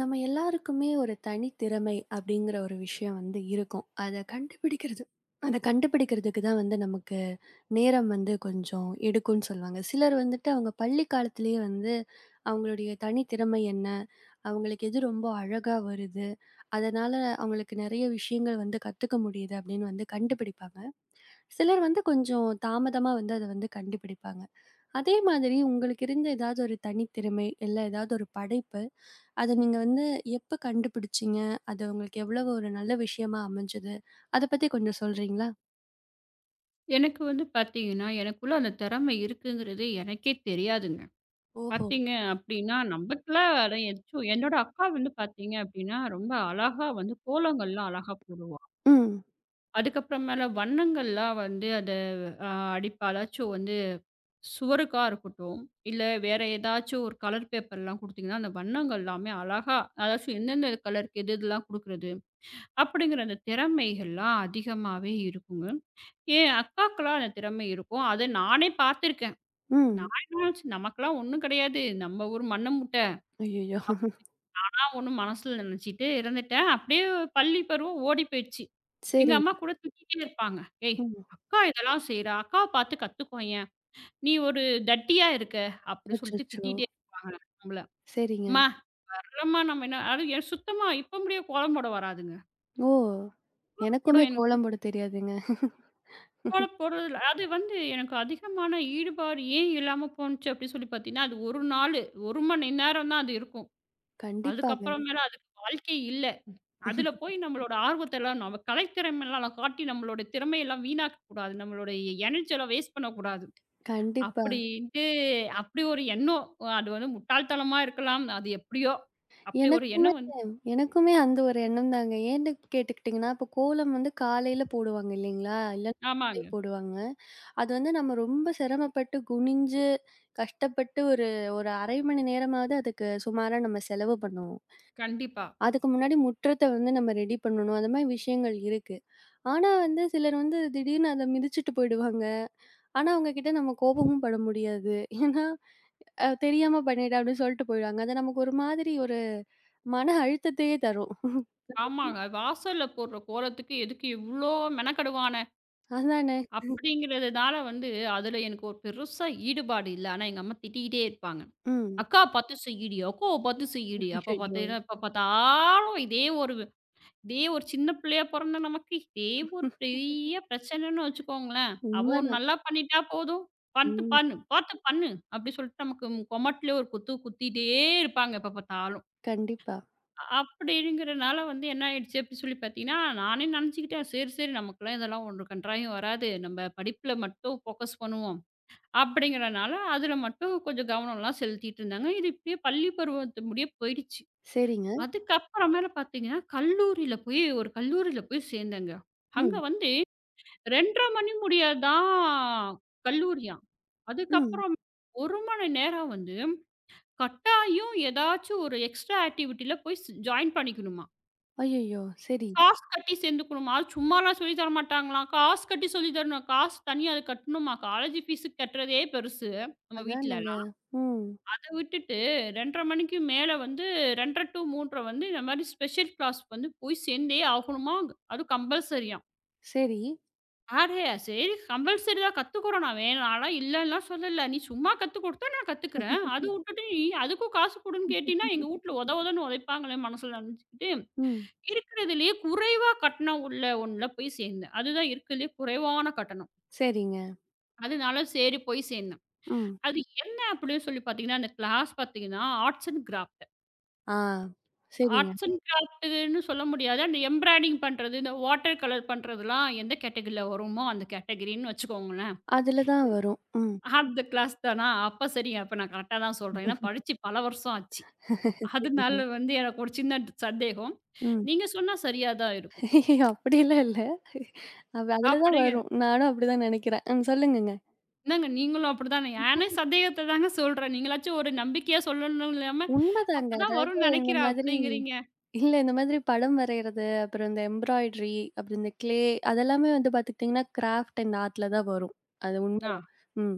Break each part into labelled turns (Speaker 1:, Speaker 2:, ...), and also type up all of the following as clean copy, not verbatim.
Speaker 1: நம்ம எல்லாருக்குமே ஒரு தனித்திறமை அப்படிங்கிற ஒரு விஷயம் வந்து இருக்கும். அத கண்டுபிடிக்கிறதுக்கு தான் வந்து நமக்கு நேரம் வந்து கொஞ்சம் எடுக்கும்ன்னு சொல்லுவாங்க. சிலர் வந்துட்டு அவங்க பள்ளி காலத்திலேயே வந்து அவங்களுடைய தனித்திறமை என்ன? அவங்களுக்கு எது ரொம்ப அழகா வருது? அதனால அவங்களுக்கு நெறைய விஷயங்கள் வந்து கத்துக்க முடியுது அப்படின்னு வந்து கண்டுபிடிப்பாங்க. சிலர் வந்து கொஞ்சம் தாமதமா வந்து அத வந்து கண்டுபிடிப்பாங்க. அதே மாதிரி உங்களுக்கு இருந்த ஏதாவது ஒரு தனித்திறமை, இல்ல ஏதாவது ஒரு படைப்பு அத நீங்க வந்து எப்ப கண்டுபிடிச்சீங்க? அது உங்களுக்கு எவ்வளவு ஒரு நல்ல விஷயமா அமைஞ்சது? அத பத்தி கொஞ்சம் சொல்றீங்களா?
Speaker 2: எனக்கு வந்து பார்த்தீங்கன்னா, எனக்குள்ள அந்த திறமை இருக்குங்கிறது எனக்கே தெரியாதுங்க.
Speaker 1: ஓஹோ!
Speaker 2: பார்த்தீங்க அப்டின்னா, நமக்குள்ள அட எச்சோ என்னோட அக்கா வந்து பார்த்தீங்க அப்டின்னா, ரொம்ப அழகா வந்து கோலங்கள்லாம் அழகா போடுவா.
Speaker 1: ம்,
Speaker 2: அதுக்கப்புறம் மேல வண்ணங்கள்லாம் வந்து அத அ அடிப்பா. அதாச்சும் வந்து சுவருக்கா இருக்கட்டும், இல்ல வேற ஏதாச்சும் ஒரு கலர் பேப்பர்லாம் குடுத்தீங்கன்னா, அந்த வண்ணங்கள் எல்லாமே அழகா அதாச்சும் எந்தெந்த கலருக்கு எது எதுலாம் குடுக்குறது, அப்டிங்கிற அந்த திறமைகள்லாம் அதிகமாவே இருக்குங்க. என் அக்காக்கெல்லாம் அந்த திறமை இருக்கும். அத நானே பார்த்துருக்கேன்.
Speaker 1: ம்.
Speaker 2: நான் என்ன நினச்சு நமக்கெல்லாம் ஒண்ணும் கிடையாது. நம்ம ஊர் மண்ண மூட்ட.
Speaker 1: ஐயய்யோ!
Speaker 2: நான் ஒண்ணும் மனசுல நினச்சுட்டு இருந்துட்டேன். அப்படியே பள்ளி பருவம் ஓடி போயிடுச்சு. எங்க அம்மா
Speaker 1: சரிங்க.
Speaker 2: கூட திட்டிட்டே இருப்பாங்க. "ஏய்!
Speaker 1: ம்.
Speaker 2: அக்கா இதெல்லாம் செய்றா. அக்காவ பார்த்து கத்துக்கோயேன். நீ ஒரு தட்டியா இருக்க." அப்படி சொல்லிட்டு
Speaker 1: அச்சச்சோ!
Speaker 2: திட்டிட்டே இருப்பாங்களா நம்மள.
Speaker 1: சரிங்க.
Speaker 2: "அம்மா! வரலம்மா நம்ம என்ன" அது எனக்கு சுத்தமா இப்ப முடிய கோலம் போட வராதுங்க.
Speaker 1: ஓ!
Speaker 2: போட
Speaker 1: எனக்குமே
Speaker 2: எனக்கு
Speaker 1: கோலம்
Speaker 2: பிடி
Speaker 1: போட தெரியாதுங்க.
Speaker 2: கோலம் போடுறதுல அது வந்து எனக்கு அதிகமான ஈடுபாடு ஏன் இல்லாம போணுச்சு அப்படி சொல்லி பார்த்தீங்கன்னா, அது 1 நாளு 1 மணி நேரம் தான் அது இருக்கும்.
Speaker 1: கண்டிப்பாங்க.
Speaker 2: அதுக்கப்புறமேல அதுக்கு வாழ்க்கையே இல்ல. அதுல போய் நம்மளோட ஆர்வத்தெல்லாம் நம்ம கலைத்திறமைலாம் காட்டி நம்மளோட திறமையெல்லாம் வீணாக்கக் கூடாது. நம்மளுடைய எனர்ஜி எல்லாம் வேஸ்ட் பண்ணக்கூடாது.
Speaker 1: கண்டிப்பா.
Speaker 2: அப்படின்ட்டு அப்படி ஒரு எண்ணம். அது வந்து முட்டாள்தனமா இருக்கலாம். அது எப்படியோ! அப்படி ஒரு
Speaker 1: எனக்குமே
Speaker 2: எண்ணம் வந்து
Speaker 1: எனக்குமே அந்த ஒரு எண்ணம் தாங்க. ஏன்னு கேட்டுக்கிட்டீங்கன்னா, இப்ப கோலம் வந்து காலையில போடுவாங்க இல்லீங்களா? இல்ல மாலை
Speaker 2: ஆமாங்க.
Speaker 1: போடுவாங்க. அது வந்து நம்ம ரொம்ப சிரமப்பட்டு, குனிஞ்சு, கஷ்டப்பட்டு ஒரு ஒரு 1/2 மணி நேரமாவது அதுக்கு சுமாரா நம்ம செலவு பண்ணுவோம்.
Speaker 2: கண்டிப்பா.
Speaker 1: அதுக்கு முன்னாடி முற்றத்த வந்து நம்ம ரெடி பண்ணணும். அந்த மாரி விஷயங்கள் இருக்கு. ஆனா வந்து சிலர் வந்து திடீர்னு அத மிதிச்சுட்டு போயிடுவாங்க. ஆனா அவங்க கிட்ட நம்ம கோபமும் பட முடியாது. ஏன்னா, அ தெரியாம பண்ணிட்டேன் அப்படின்னு சொல்லிட்டு போயிடுவாங்க. அது நமக்கு ஒரு மாதிரி ஒரு மன அழுத்தத்தையே தரும்.
Speaker 2: ஆமாங்க. வாசல்ல போடுற கோலத்துக்கு எதுக்கு இவ்ளோ மெனக்கெடுவான?
Speaker 1: அதானே?
Speaker 2: அப்படிங்கிறதுனால வந்து அதுல எனக்கு ஒரு பெருசா ஈடுபாடு இல்ல. ஆனா எங்க அம்மா திட்டிக்கிட்டே இருப்பாங்க.
Speaker 1: ம்.
Speaker 2: அக்காவ பார்த்து செய்யுடி, அக்காவ பார்த்து செய்யுடி. அப்ப
Speaker 1: அய்யய்யோ!
Speaker 2: பார்த்தீங்கன்னா, எப்ப பார்த்தாலும் இதே ஒரு சின்ன பிள்ளையா பொறந்த நமக்கு இதே ஒரு பெரிய பிரச்சனைன்னு வச்சுக்கோங்களேன். அவ ஒண்ணு
Speaker 1: உண்மதான்.
Speaker 2: நல்லா பண்ணிட்டா போதும். பார்த்து
Speaker 1: ம்.
Speaker 2: பண்ணு, பார்த்து பண்ணு அப்படி சொல்லிட்டு நமக்கு கொமட்டிலே ஒரு குத்து குத்திட்டே இருப்பாங்க எப்ப பார்த்தாலும்.
Speaker 1: கண்டிப்பா.
Speaker 2: அப்படிங்கிறனால வந்து என்ன ஆயிடுச்சு அப்படி சொல்லி பார்த்தீங்கன்னா, நானே நினச்சுக்கிட்டேன், சரி சரி நமக்கெல்லாம் இதெல்லாம் ஒண்ணும் கன்றாயும் வராது. நம்ம படிப்புல மட்டும் ஃபோக்கஸ் பண்ணுவோம். அப்படிங்கிறனால, அதில மட்டும் கொஞ்சம் கவனம்லாம் செலுத்திட்டு இருந்தாங்க. இது இப்படியே பள்ளி பருவத்து முடிய போயிடுச்சு.
Speaker 1: சரிங்க.
Speaker 2: அதுக்கப்புறம் மேல பார்த்தீங்கன்னா, கல்லூரியில போய் சேர்ந்தேங்க. அங்க
Speaker 1: ம்.
Speaker 2: வந்து 2:30 மணி முடிய தான் கல்லூரியாம்.
Speaker 1: ம்.
Speaker 2: அதுக்கப்புறம் 1 மணி நேரம் வந்து கட்டாயம் ஏதாச்சும் ஒரு எக்ஸ்ட்ரா ஆக்டிவிட்டில போய் ஜாயின் பண்ணிக்கணுமா.
Speaker 1: அய்யய்யோ! சரி.
Speaker 2: காசு கட்டி சேர்ந்துக்கணுமா. அது சும்மாலாம் சொல்லி தர மாட்டாங்களாம். காசு கட்டி சொல்லி தரணும். காசு தனியா அது கட்டணுமா. காலேஜ் ஃபீஸ் கட்டுறதே பெருசு நம்ம வீட்ல.
Speaker 1: அதானங்க. ம்.
Speaker 2: அத விட்டுட்டு 2:30 மணிக்கு மேல வந்து 2:30 டூ 3:30 வந்து இந்த மாரி ஸ்பெஷல் கிளாஸ் வந்து போய் சேர்ந்தே ஆகணுமாம். அதுவும் கம்பல்சரியாம்.
Speaker 1: சரி.
Speaker 2: அடே! சரி கம்பல்சரி தான் கத்துக்குறோம். நான் வேணாம்லாம் இல்லன்லாம் சொல்லல. நீ சும்மா கத்துக் குடுத்தா நான் கத்துக்கிறேன். அத விட்டுட்டு நீ அதுக்கும் காசு குடுன்னு கேட்டீன்னா, எங்க வீட்ல உத உதன்னு உதைப்பாங்களே மனசுல நெனச்சுக்கிட்டு,
Speaker 1: ம்.
Speaker 2: இருக்கிறதுலயே குறைவா கட்டணம் உள்ள ஒண்ணுல போய் சேர்ந்தேன். அதுதான் இருக்கிறதுலயே குறைவான கட்டணம்.
Speaker 1: சரிங்க.
Speaker 2: அதனால சரி போய் சேர்ந்தேன்.
Speaker 1: ம்.
Speaker 2: அது என்ன அப்படின்னு சொல்லி பார்த்தீங்கன்னா, அந்த கிளாஸ் பார்த்தீங்கன்னா, ஆர்ட்ஸ் அண்ட் கிராஃப்ட்.
Speaker 1: ஆ. சரிங்க.
Speaker 2: ஆர்ட்ஸ் அண்ட் கிராஃப்ட்டுன்னு சொல்ல முடியாது. அந்த எம்ப்ராய்டிங் பண்றது, இந்த வாட்டர் கலர் பண்றதுலாம் எந்த கேட்டகரில வருமோ, அந்த கேட்டகரின்னு வச்சுக்கோங்களேன்.
Speaker 1: அதுல தான் வரும். ம்.
Speaker 2: அந்த கிளாஸ் தானா? அப்ப சரிங்க. அப்ப நான் கரெக்ட்டா தான் சொல்றேன். ஏன்னா படிச்சு பல வருஷம் ஆச்சு.
Speaker 1: சரிங்க.
Speaker 2: அதனால வந்து எனக்கு ஒரு சின்ன சந்தேகம்.
Speaker 1: ம்.
Speaker 2: நீங்க சொன்னா சரியா தான் இருக்கும்.
Speaker 1: அப்படிலாம் இல்ல. அவ அதுல தான்
Speaker 2: அப்படிங்க
Speaker 1: வரும். நானும் அப்படிதான் நினைக்கிறேன். ம். சொல்லுங்கங்க.
Speaker 2: என்னங்க நீங்களும் அப்படிதானே? நானே சந்தேகத்த தாங்க சொல்றேன். நீங்களாச்சும் ஒரு நம்பிக்கையா சொல்லணும் இல்லாம,
Speaker 1: உண்மதாங்க.
Speaker 2: அப்படிதான்
Speaker 1: அதாவது
Speaker 2: வரும்னு நெனைக்கிறேன் அப்படிங்கிறீங்க.
Speaker 1: இந்த மாதிரி படம் வரையறது, அப்புறம் இந்த எம்ப்ராய்டரி, அப்புறம் இந்த க்ளே அதெல்லாமே வந்து பார்த்துக்கிட்டீங்கன்னா, கிராஃப்ட் அண்ட் ஆர்ட்ல தான் வரும். அது
Speaker 2: ஆ,
Speaker 1: உண்மதான். ம்.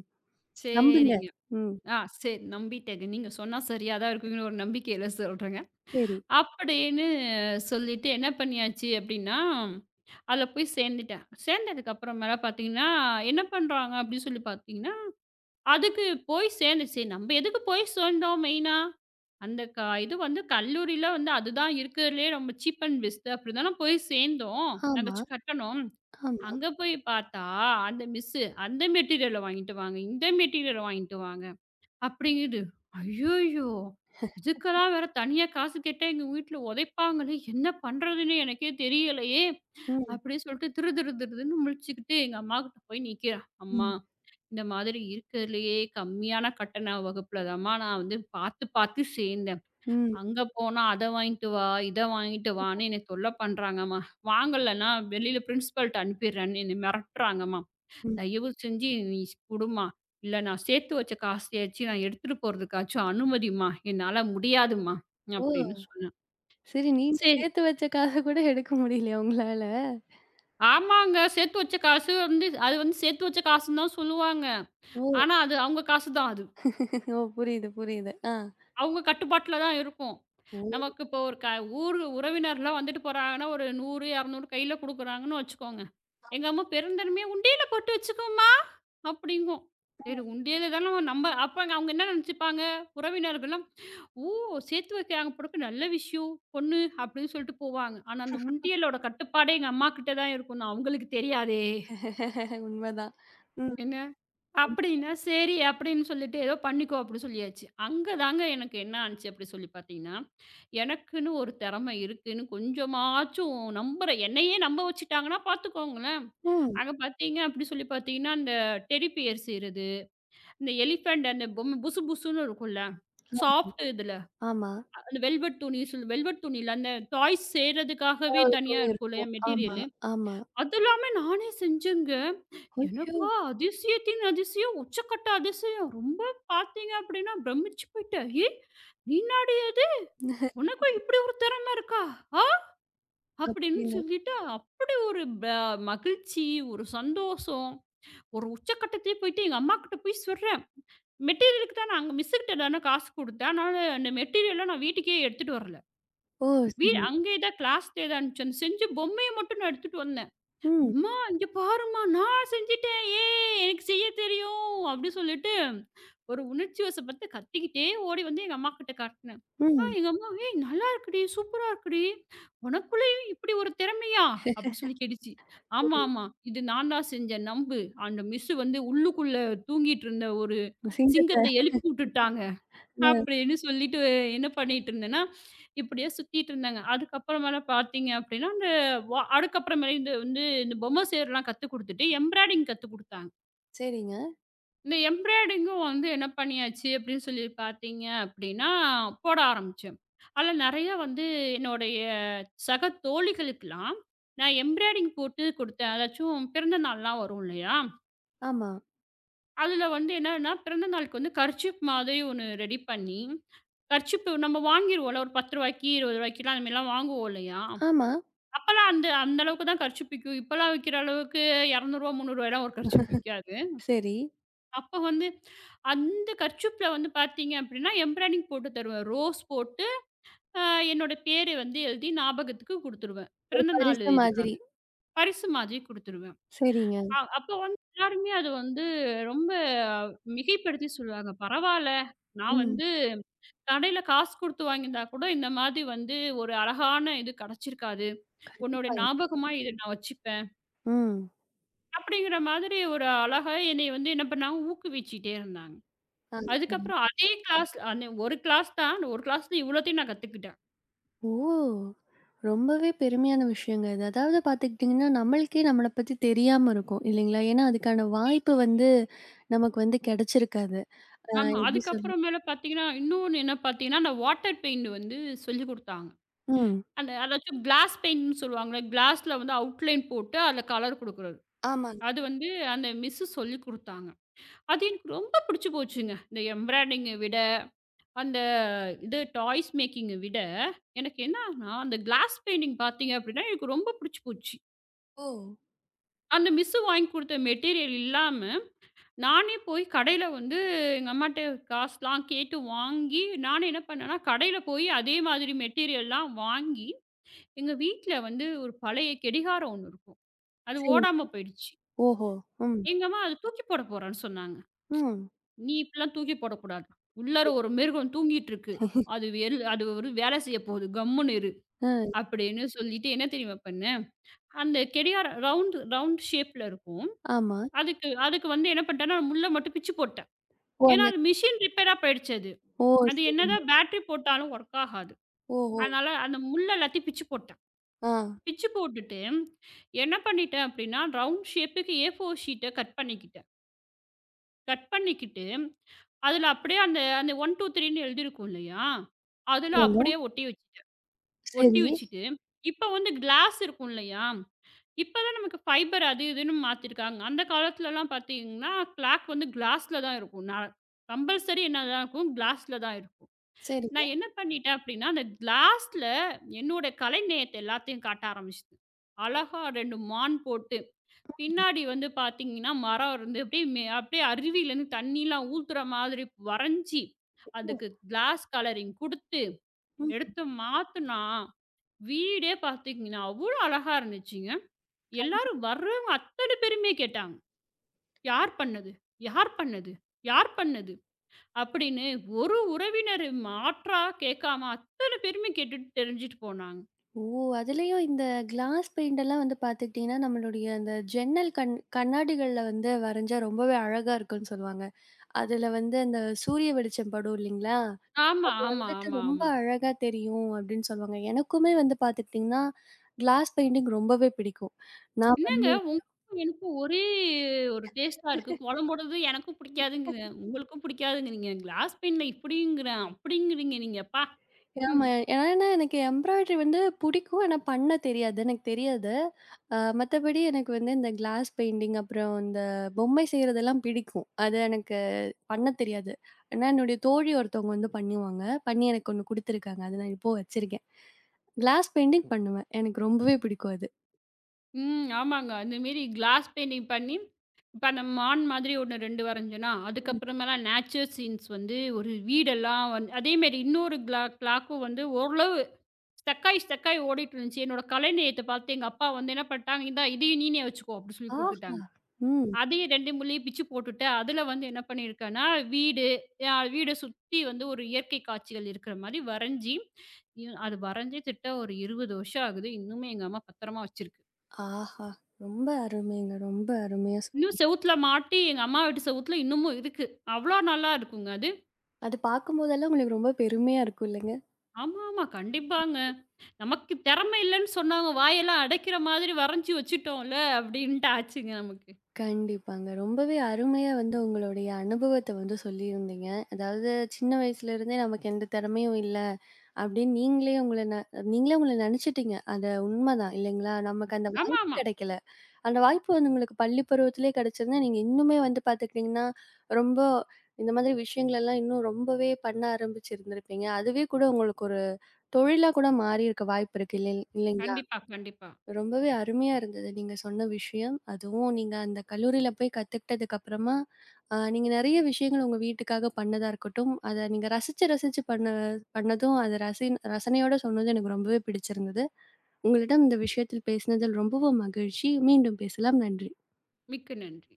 Speaker 1: நம்புங்க.
Speaker 2: சரிங்க.
Speaker 1: ம்.
Speaker 2: ஆ, சரி நம்பிட்டேங்க. நீங்க சொன்னா சரியா தான் இருக்குங்கிற ஒரு நம்பிக்கையில சொல்றேங்க.
Speaker 1: சரி.
Speaker 2: அப்படின்னு சொல்லிட்டு என்ன பண்ணியாச்சு அப்படின்னா, அதுல போய் சேர்ந்துட்டேன். சேர்ந்ததுக்கு அப்புறமேல பார்த்தீங்கன்னா, என்ன பண்றாங்க அப்படின்னு சொல்லி பார்த்தீங்கன்னா, அதுக்கு போய் சேர்ந்துச்சு. நம்ம எதுக்கு போய் சேர்ந்தோம் மெயினா? அந்த க இது வந்து கல்லூரியில வந்து அதுதான் இருக்கிறதுலயே ரொம்ப சீப் அண்ட் பெஸ்ட் அப்படிதானே போய் சேர்ந்தோம். நான்
Speaker 1: ஆமா,
Speaker 2: ஏதாச்சும் கட்டணும்.
Speaker 1: ஆமா.
Speaker 2: அங்க போய் பார்த்தா, அந்த மிஸ்ஸு அந்த மெட்டீரியல வாங்கிட்டு வாங்க, இந்த மெட்டீரியல வாங்கிட்டு வாங்க. அப்படிங்குது. ஐய்யய்யோ! இதுக்கெல்லாம் வேற தனியா காசு கேட்டா எங்க வீட்ல உதைப்பாங்களே! என்ன பண்றதுன்னே எனக்கே தெரியலையே!
Speaker 1: ம்,
Speaker 2: அப்படின்னு சொல்லிட்டு திரு திரு திருன்னு முழிச்சுக்கிட்டு எங்க அம்மாகிட்ட போய் நிக்கிறேன். அம்மா
Speaker 1: ம்,
Speaker 2: இந்த மாதிரி இருக்கிறதுலயே கம்மியான கட்டண வகுப்புல தாம்மா நான் வந்து பார்த்து பார்த்து சேர்ந்தேன். அங்க போனா அத வாங்கிட்டு வா, இத வாங்கிட்டு வான்னு என்னை தொல்ல பண்றாங்கம்மா. வாங்கலன்னா வெளியில பிரின்சிபால்ட்ட அனுப்பிடுறேன்னு என்னை மிரட்டுறாங்கம்மா.
Speaker 1: ம்.
Speaker 2: தயவு செஞ்சு நீ குடும்மா. இல்ல நான் சேர்த்து வச்ச காசையாச்சும் நான் எடுத்துட்டு போறதுக்காச்சும் அனுமதிம்மா. என்னால முடியாதும்மா."
Speaker 1: ஓ!
Speaker 2: அப்படின்னு சொன்னேன்.
Speaker 1: சரி, நீங்க
Speaker 2: சரி.
Speaker 1: சேர்த்து வச்ச காச கூட எடுக்க முடியலையா உங்களால?
Speaker 2: ஆமாங்க. சேர்த்து வச்ச காசு வந்து அது வந்து சேர்த்து வச்ச காசுன்னு தான் சொல்லுவாங்க.
Speaker 1: ஓ!
Speaker 2: ஆனா அது அவங்க காசு தான் அது.
Speaker 1: ஓ, புரியுது, புரியுது. ஆ.
Speaker 2: அவங்க கட்டுப்பாட்டுல தான் இருக்கும்.
Speaker 1: ஓ!
Speaker 2: நமக்கு இப்போ ஒரு க ஊர் உறவினர்லாம் வந்துட்டு போறாங்கன்னா, ஒரு 100, 200 கையில குடுக்குறாங்கன்னு வச்சுக்கோங்க. எங்க அம்மா பெருந்தன்மையா "உண்டியல போட்டு வச்சுக்கோம்மா. அப்படிங்கும். சரி உண்டியல தான நம்ம அப்ப அவங்க என்ன நினைச்சுப்பாங்க? உறவினர்கள்லாம், "ஓ! சேர்த்து வைக்கிறாங்க போலருக்கு நல்ல விஷயம் பொண்ணு" அப்படின்னு சொல்லிட்டு போவாங்க. ஆனா அந்த உண்டியலோட கட்டுப்பாடே எங்க அம்மா கிட்ட தான் இருக்கும்ன்னு அவங்களுக்கு தெரியாதே!
Speaker 1: உண்மதான். ம்.
Speaker 2: என்ன? அப்படின்னா, சரி அப்படின்னு சொல்லிட்டு ஏதோ பண்ணிக்கோ அப்படின்னு சொல்லியாச்சு. அங்க தாங்க எனக்கு என்ன ஆனுச்சு அப்படி சொல்லி பார்த்தீங்கன்னா, எனக்குன்னு ஒரு திறமை இருக்குன்னு கொஞ்சமாச்சும் நம்புற என்னையே நம்ப வச்சுட்டாங்கன்னா பார்த்துக்கோங்களேன்.
Speaker 1: ம்.
Speaker 2: அங்க பார்த்தீங்க அப்படி சொல்லி பார்த்தீங்கன்னா, இந்த டெடி பியர் செய்றது. இந்த எலிஃபேண்ட் அந்த பொம்மை புசு புசுன்னு இருக்கும்ல. சாஃப்ட் இதுல.
Speaker 1: ஆமா.
Speaker 2: அந்த வெல்வெட் துணி வெல்வெட் துணில அந்த டாய்ஸ்
Speaker 1: வேற
Speaker 2: செய்றதுக்காகவே
Speaker 1: ஒரு
Speaker 2: தனியா
Speaker 1: துணி
Speaker 2: இருக்கும் இல்லையா
Speaker 1: இருக்கும். ஆமா,
Speaker 2: மெட்டீரியலு.
Speaker 1: ஆமா.
Speaker 2: அதெல்லாமே நானே செஞ்சேங்க.
Speaker 1: ஐயோ!
Speaker 2: எனக்கா அதிசயத்தின் அதிசயம், உச்சக்கட்ட அதிசயம். ரொம்ப பார்த்தீங்க அப்படின்னா பிரமிச்சு போயிட்டேன். "ஏய்! நீனாடி அது? உனக்கும் இப்படி ஒரு திறமை இருக்கா? ஆ!" அப்படின்னு
Speaker 1: அப்படின்னு.
Speaker 2: சொல்லிட்டு அப்படி ஒரு மகிழ்ச்சி, ஒரு சந்தோஷம். ஒரு உச்சக்கட்டத்திலே போயிட்டு எங்க அம்மாகிட்ட போய் சொல்றேன். மெட்டீரியலுக்கு தான் நாங்க மிஸ்ஸுகிட்ட தானே காசு குடுத்தேன். அதனால அந்த மெட்டீரியல்லாம் நான் வீட்டுக்கே எடுத்துட்டு வரல.
Speaker 1: ஓ! சரி.
Speaker 2: அங்கேயே தான் கிளாஸ்லயே தான் இருந்துச்சு. அந்த செஞ்ச பொம்மைய மட்டும் நான் எடுத்துட்டு வந்தேன்.
Speaker 1: ம்,
Speaker 2: "அம்மா இங்க பாரும்மா! நான் செஞ்சுட்டேன். ஏ! எனக்கு செய்ய தெரியும்." அப்படி சொல்லிட்டு ஒரு உணர்ச்சி வசப்பட்டு கத்திக்கிட்டே ஓடி வந்து எங்க அம்மாகிட்ட காட்டுனேன். ஆ
Speaker 1: ம்.
Speaker 2: எங்க அம்மா, "ஏய்! நல்லா இருக்குடி! சூப்பரா இருக்குடி! உனக்குள்ளேயும் இப்படி ஒரு திறமையா?" அப்படி சொல்லி கேட்டுச்சு. "ஆமா,
Speaker 1: சரி.
Speaker 2: ஆமா. இது நான் தான் செஞ்சேன். நம்பு. அந்த மிஸ்ஸு வந்து உள்ளுக்குள்ள தூங்கிட்டு இருந்த ஒரு
Speaker 1: சிங்கத்த
Speaker 2: சிங்கத்த எழுப்பி விட்டுட்டாங்க.
Speaker 1: அ
Speaker 2: அப்படின்னு சொல்லிட்டு என்ன பண்ணிட்டு இருந்தேன்னா, இப்படியே சுத்திட்டு இருந்தாங்க. அதுக்கப்புறமேல பார்த்தீங்க அப்படின்னா, அந்த அதுக்கப்புறமேல இந்த வந்து இந்த பொம்மை செய்றலாம் கத்துக் குடுத்துட்டு, எம்ப்ராய்டிங் கத்துக் குடுத்தாங்க.
Speaker 1: சரிங்க.
Speaker 2: இந்த எம்ப்ராய்டிங்கும் வந்து என்ன பண்ணியாச்சு அப்படின்னு சொல்லி பார்த்தீங்க அப்படின்னா, போட ஆரம்பிச்சேன். அதில நெறைய வந்து என்னுடைய சக தோழிகளுக்கெல்லாம் நான் எம்ப்ராய்டிங் போட்டு குடுத்தேன். அதாச்சும் பிறந்த நாள்லாம் வரும் இல்லையா?
Speaker 1: ஆமா,
Speaker 2: அதில வந்து என்னன்னா, பிறந்த நாளுக்கு வந்து கர்ச்சீப் மாதிரி ஒண்ணு ரெடி பண்ணி, கர்ச்சீப்பு நம்ம வாங்கிருவோம்ல ஒரு ரூ. 10க்கு, ரூ. 20க்குலாம் அந்த மாதிரிலாம் வாங்குவோம் இல்லையா?
Speaker 1: ஆமா.
Speaker 2: அப்பலாம் அந்த அந்த அளவுக்கு தான் கர்ச்சீப் விக்கும். இப்பலாம் விக்கிற அளவுக்கு ரூ. 200 ரூ. 300லாம் ஒரு கர்ச்சீப் விக்காது.
Speaker 1: சரி.
Speaker 2: அப்ப வந்து அந்த கர்ச்சீப்ல வந்து பார்த்தீங்க அப்படின்னா, எம்ப்ராய்டிங் போட்டு தருவேன். ரோஸ் போட்டு அ என்னோட பேரு வந்து எழுதி ஞாபகத்துக்கு குடுத்துருவேன்.
Speaker 1: ஒரு
Speaker 2: பிறந்த நாள்
Speaker 1: பரிசு
Speaker 2: இதுக்காக.
Speaker 1: மாதிரி.
Speaker 2: பரிசு மாதிரி குடுத்துருவேன்.
Speaker 1: சரிங்க.
Speaker 2: அ அப்ப வந்து எல்லாருமே அது வந்து ரொம்ப மிகைப்படுத்தி சொல்லுவாங்க. பரவால்ல, நான்
Speaker 1: ம்.
Speaker 2: வந்து கடையில காசு குடுத்து வாங்கியிருந்தா கூட இந்த மாதிரி வந்து ஒரு அழகான இது கிடைச்சிருக்காது. உன்னோட
Speaker 1: கண்டிப்பா.
Speaker 2: ஞாபகமா இத நான் வச்சுப்பேன்.
Speaker 1: ம்.
Speaker 2: அப்படிங்கிற மாதிரி ஒரு அழகா என்னைய வந்து என்ன பண்ணாங்க, ஊக்குவிச்சுட்டே இருந்தாங்க.
Speaker 1: ஆ சரி.
Speaker 2: அதுக்கப்புறம் அதே கிளாஸ் அந்த ஒரு கிளாஸ் தான். அந்த ஒரு கிளாஸ்ல இவ்வளோத்தையும் நான் கத்துக்கிட்டேன்.
Speaker 1: ஓ! ரொம்பவே பெருமையான விஷயங்க இது. அதாவது பார்த்துக்கிட்டிங்கன்னா, நம்மளுக்கே நம்மள பத்தி தெரியாம இருக்கும் இல்லைங்களா? ஏன்னா, அதுக்கான வாய்ப்பு வந்து நமக்கு வந்து கிடைச்சிருக்காது. அ
Speaker 2: ஆமா.
Speaker 1: எப்படி சொல்றது?
Speaker 2: அதுக்கப்புறம் மேல பார்த்தீங்கன்னா, இன்னொன்னு என்ன பார்த்தீங்கன்னா, அந்த வாட்டர் பெயிண்ட் வந்து சொல்லிக் குடுத்தாங்க.
Speaker 1: ம்.
Speaker 2: அந்த அதாச்சும் கிளாஸ் பெயிண்ட்ன்னு சொல்லுவாங்கல்ல. கிளாஸ்ல வந்து அவுட்லைன் போட்டு அதுல கலர் குடுக்குறது.
Speaker 1: ஆமாங்க.
Speaker 2: அது வந்து அந்த மிஸ்ஸு சொல்லிக் குடுத்தாங்க. அது எனக்கு ரொம்ப பிடிச்சு போச்சுங்க. இந்த எம்ப்ராய்டிங்க விட, அந்த இது டாய்ஸ் மேக்கிங்க விட, எனக்கு என்னான்னா, அந்த கிளாஸ் பெயிண்டிங் பார்த்தீங்க அப்படின்னா, எனக்கு ரொம்ப பிடிச்சு போச்சு.
Speaker 1: ஓ!
Speaker 2: அந்த மிஸ்ஸு வாங்கி குடுத்த மெட்டீரியல் இல்லாம, நானே போய் கடையில வந்து எங்க அம்மாட்ட காசுலாம் கேட்டு வாங்கி, நானே என்ன பண்ணேன்னா, கடையில போய் அதே மாதிரி மெட்டீரியல்லாம் வாங்கி, எங்க வீட்ல வந்து ஒரு பழைய கெடிகாரம் ஒண்ணு இருக்கும். அது
Speaker 1: சரிங்க.
Speaker 2: ஓடாம போயிடுச்சு.
Speaker 1: ஓஹோ! ம்.
Speaker 2: எங்க அம்மா "அத தூக்கி போட போறேன்னு சொன்னாங்க."
Speaker 1: ம்.
Speaker 2: "நீ இப்படிலாம் தூக்கி போடக்கூடாது. உள்ளார ஒரு மிருகம் தூங்கிட்டு இருக்கு. அது அது ஒரு வேலை செய்ய போகுது. கம்முனு இரு."
Speaker 1: அ
Speaker 2: அப்படின்னு சொல்லிட்டு என்ன தெரியுமா பண்ணேன்? அந்த கெடியார ரவுண்ட் ரவுண்ட் ஷேப்ல இருக்கும்.
Speaker 1: ஆமா.
Speaker 2: அதுக்கு அதுக்கு வந்து என்ன பண்ணிட்டேன்னா, முள்ள மட்டும் பிச்சு போட்டேன்.
Speaker 1: ஓ!
Speaker 2: ஏன்னா
Speaker 1: அந்த
Speaker 2: அது மிஷின் ரிப்பேரா போயிடுச்சு அது.
Speaker 1: ஓ!
Speaker 2: அது
Speaker 1: சரிங்க.
Speaker 2: என்னதான் பேட்டரி போட்டாலும் ஒர்க் ஆகாது.
Speaker 1: ஓஹோ!
Speaker 2: அதனால அந்த முள்ள எல்லாத்தையும் பிச்சு போட்டேன்.
Speaker 1: ஆ.
Speaker 2: பிச்சு போட்டுட்டு என்ன பண்ணிட்டேன் அப்படின்னா, ரவுண்ட் ஷேப்புக்கு ஏ ஃபோர் ஷீட்ட கட் பண்ணிக்கிட்டேன். கட் பண்ணிக்கிட்டு, அதில அப்படியே அந்த அந்த 1, 2, 3ன்னு எழுதியிருக்கும் இல்லையா? அதில
Speaker 1: ஆமாங்க.
Speaker 2: அப்படியே ஒட்டி வச்சுட்டேன். ஒட்டி
Speaker 1: சரி.
Speaker 2: வச்சுட்டு, இப்ப வந்து கிளாஸ் இருக்கும் இல்லையா? இப்ப தான் நமக்கு ஃபைபர் அது இதுன்னு மாத்திருக்காங்க. அந்த காலத்துலலாம் பார்த்தீங்கன்னா, கிளாக் வந்து கிளாஸ்ல தான் இருக்கும். நான் கம்பல்சரி என்னதான் இருக்கும்? கிளாஸ்ல தான் இருக்கும்.
Speaker 1: சரிங்க.
Speaker 2: நான் என்ன பண்ணிட்டேன் அப்படின்னா, அந்த கிளாஸ்ல என்னோட கலை நேயத்த எல்லாத்தையும் காட்ட ஆரம்பிச்சுட்டேன். அழகா 2 மான் போட்டு பின்னாடி வந்து பார்த்தீங்கன்னா, மரம் இருந்து அப்படியே அப்படியே அருவியிலேருந்து தண்ணிலாம் ஊத்துற மாதிரி வரைஞ்சி,
Speaker 1: ம்.
Speaker 2: அதுக்கு கிளாஸ் கலரிங் குடுத்து,
Speaker 1: ம்.
Speaker 2: எடுத்து மாத்துனா, வீடே பார்த்தீங்கன்னா, அவ்வளோ அழகா இருந்துச்சுங்க. எல்லாரும் வர்றவங்க அத்தன பேருமே கேட்டாங்க. "யார் பண்ணது? யார் பண்ணது? யார் பண்ணது?" அப்படின்னு ஒரு உறவினர் மாற்றா கேட்காம அத்தன பேருமே கேட்டுட்டு தெரிஞ்சுட்டு போனாங்க.
Speaker 1: ஓ! அதுலயும் இந்த கிளாஸ் பெயிண்டெல்லாம் வந்து பார்த்துக்கிட்டிங்கன்னா, நம்மளுடைய அந்த ஜன்னல் கண் கண்ணாடிகள்ல வந்து வரைஞ்சா ரொம்பவே அழகா இருக்குன்னு சொல்லுவாங்க. அதுல வந்து அந்த சூரிய வெளிச்சம் படும் இல்லைங்களா?
Speaker 2: ஆமா, ஆமா,
Speaker 1: வந்துட்டு
Speaker 2: ஆமா,
Speaker 1: ரொம்ப
Speaker 2: ஆமா.
Speaker 1: அழகா தெரியும் அப்படின்னு சொல்லுவாங்க. எனக்குமே வந்து பார்த்துக்கிட்டீங்கன்னா, கிளாஸ் பெயிண்டிங் ரொம்பவே பிடிக்கும். நான்
Speaker 2: என்னங்க
Speaker 1: பண்ணியிருக்கேன்.
Speaker 2: உங்களுக்கும் எனக்கும் ஒரே ஒரு டேஸ்ட்டா இருக்கு. குழம்போடது எனக்கும் பிடிக்காதுங்கிறேன். உங்களுக்கும் பிடிக்காதுங்கிறீங்க. கிளாஸ் பெயிண்ட்ல இப்படிங்கிறேன், அப்படிங்கிறீங்க நீங்க. அப்பா! ம்,
Speaker 1: ஆமா. ஏன்னா ஏன்னா எனக்கு எம்ப்ராய்டரி வந்து பிடிக்கும். ஆனா பண்ண தெரியாது. எனக்கு தெரியாது. அ மத்தபடி எனக்கு வந்து இந்த கிளாஸ் பெயிண்டிங், அப்புறம் இந்த பொம்மை செய்றதெல்லாம் பிடிக்கும். அது எனக்கு பண்ண தெரியாது. ஆனா என்னுடைய தோழி ஒருத்தவங்க வந்து பண்ணுவாங்க. பண்ணி எனக்கு ஒண்ணு குடுத்துருக்காங்க. அத நான் இப்போ வச்சிருக்கேன். கிளாஸ் பெயிண்டிங் பண்ணுவேன். எனக்கு ரொம்பவே பிடிக்கும் அது.
Speaker 2: ம். ஆமாங்க. அந்த மாரி கிளாஸ் பெயிண்டிங் பண்ணி, இப்ப அந்த மான் மாதிரி ஒண்ணு 2 வரைஞ்சேனா, அதுக்கப்புறமேலா நேச்சர் சீன்ஸ் வந்து ஒரு வீடெல்லாம் வந்து அதேமாரி இன்னொரு கிளாக்கும் வந்து ஓரளவு ஸ்டக் ஆயி ஓடிட்டு இருந்துச்சு. என்னோட கலை நயத்த பார்த்து எங்க அப்பா வந்து என்ன பண்ணிட்டாங்க, "இந்தா இதையும் நீனே வச்சுக்கோ" அப்படி சொல்லி
Speaker 1: ஆஹா!
Speaker 2: குடுத்துட்டாங்க.
Speaker 1: ம்.
Speaker 2: அதையும் 2 முள்ளயும் பிச்சு போட்டுட்டு, அதில வந்து என்ன பண்ணியிருக்கேன்னா, வீடு வீட சுத்தி வந்து ஒரு இயற்கை காட்சிகள் இருக்கிற மாரி வரைஞ்சி, அது வரைஞ்சே திட்ட ஒரு 20 வருஷம் ஆகுது. இன்னுமே எங்க அம்மா பத்திரமா வச்சிருக்கு.
Speaker 1: ஆஹா! ரொம்ப அருமைங்க. ரொம்ப அருமையா சொ
Speaker 2: இன்னும் செவுத்துல மாட்டி எங்க அம்மா வீட்டு செவுத்துல இன்னமும் இருக்கு. அவ்ளோ நல்லா இருக்குங்க அது.
Speaker 1: அது பார்க்கும்போதெல்லாம் உங்களுக்கு ரொம்ப பெருமையா இருக்கும் இல்லங்க?
Speaker 2: ஆமா, ஆமா. கண்டிப்பாங்க. நமக்கு திறமை இல்லன்னு சொன்னவங்க வாயெல்லாம் அடைக்கிற மாதிரி வரைஞ்சு வச்சுட்டோம்ல, அப்படின்ட்டு ஆச்சுங்க நமக்கு.
Speaker 1: கண்டிப்பாங்க. ரொம்பவே அருமையா வந்து உங்களுடைய அனுபவத்த வந்து சொல்லியிருந்தீங்க. அதாவது சின்ன வயசுலருந்தே நமக்கு எந்த திறமையும் இல்ல, அப்படின்னு நீங்களே உங்கள நெனச்சுட்டீங்க. அது உண்மதான் இல்லைங்களா? நமக்கு அந்த வாய்ப்பு
Speaker 2: ஆமாமா.
Speaker 1: கெடைக்கல. அந்த வாய்ப்பு வந்து உங்களுக்கு பள்ளி பருவத்திலேயே கெடைச்சிருந்தா, நீங்க இன்னுமே வந்து பார்த்துக்கிட்டீங்கன்னா, ரொம்ப இந்த மாதிரி விஷயங்கள் எல்லாம் இன்னும் ரொம்பவே பண்ண ஆரம்பிச்சிருந்திருப்பீங்க. அதுவே கூட உங்களுக்கு ஒரு தொழிலா கூட மாறியிருக்க வாய்ப்பு இருக்கு இல்லைங்களா?
Speaker 2: கண்டிப்பா, கண்டிப்பா.
Speaker 1: ரொம்பவே அருமையா இருந்தது நீங்க சொன்ன விஷயம். அதுவும் நீங்க அந்த கல்லூரியில போய் கத்துக்கிட்டதுக்கு அப்புறமா, அ நீங்க நெறைய விஷயங்கள் உங்க வீட்டுக்காக பண்ணதா இருக்கட்டும், அத நீங்க ரசிச்சு ரசிச்சு பண்ணதும் அத ரசனையோட சொன்னது எனக்கு ரொம்பவே பிடிச்சிருந்தது. உங்களிடம் இந்த விஷயத்தில் பேசினதில் ரொம்பவும் மகிழ்ச்சி. மீண்டும் பேசலாம். நன்றி.
Speaker 2: மிக்க நன்றி.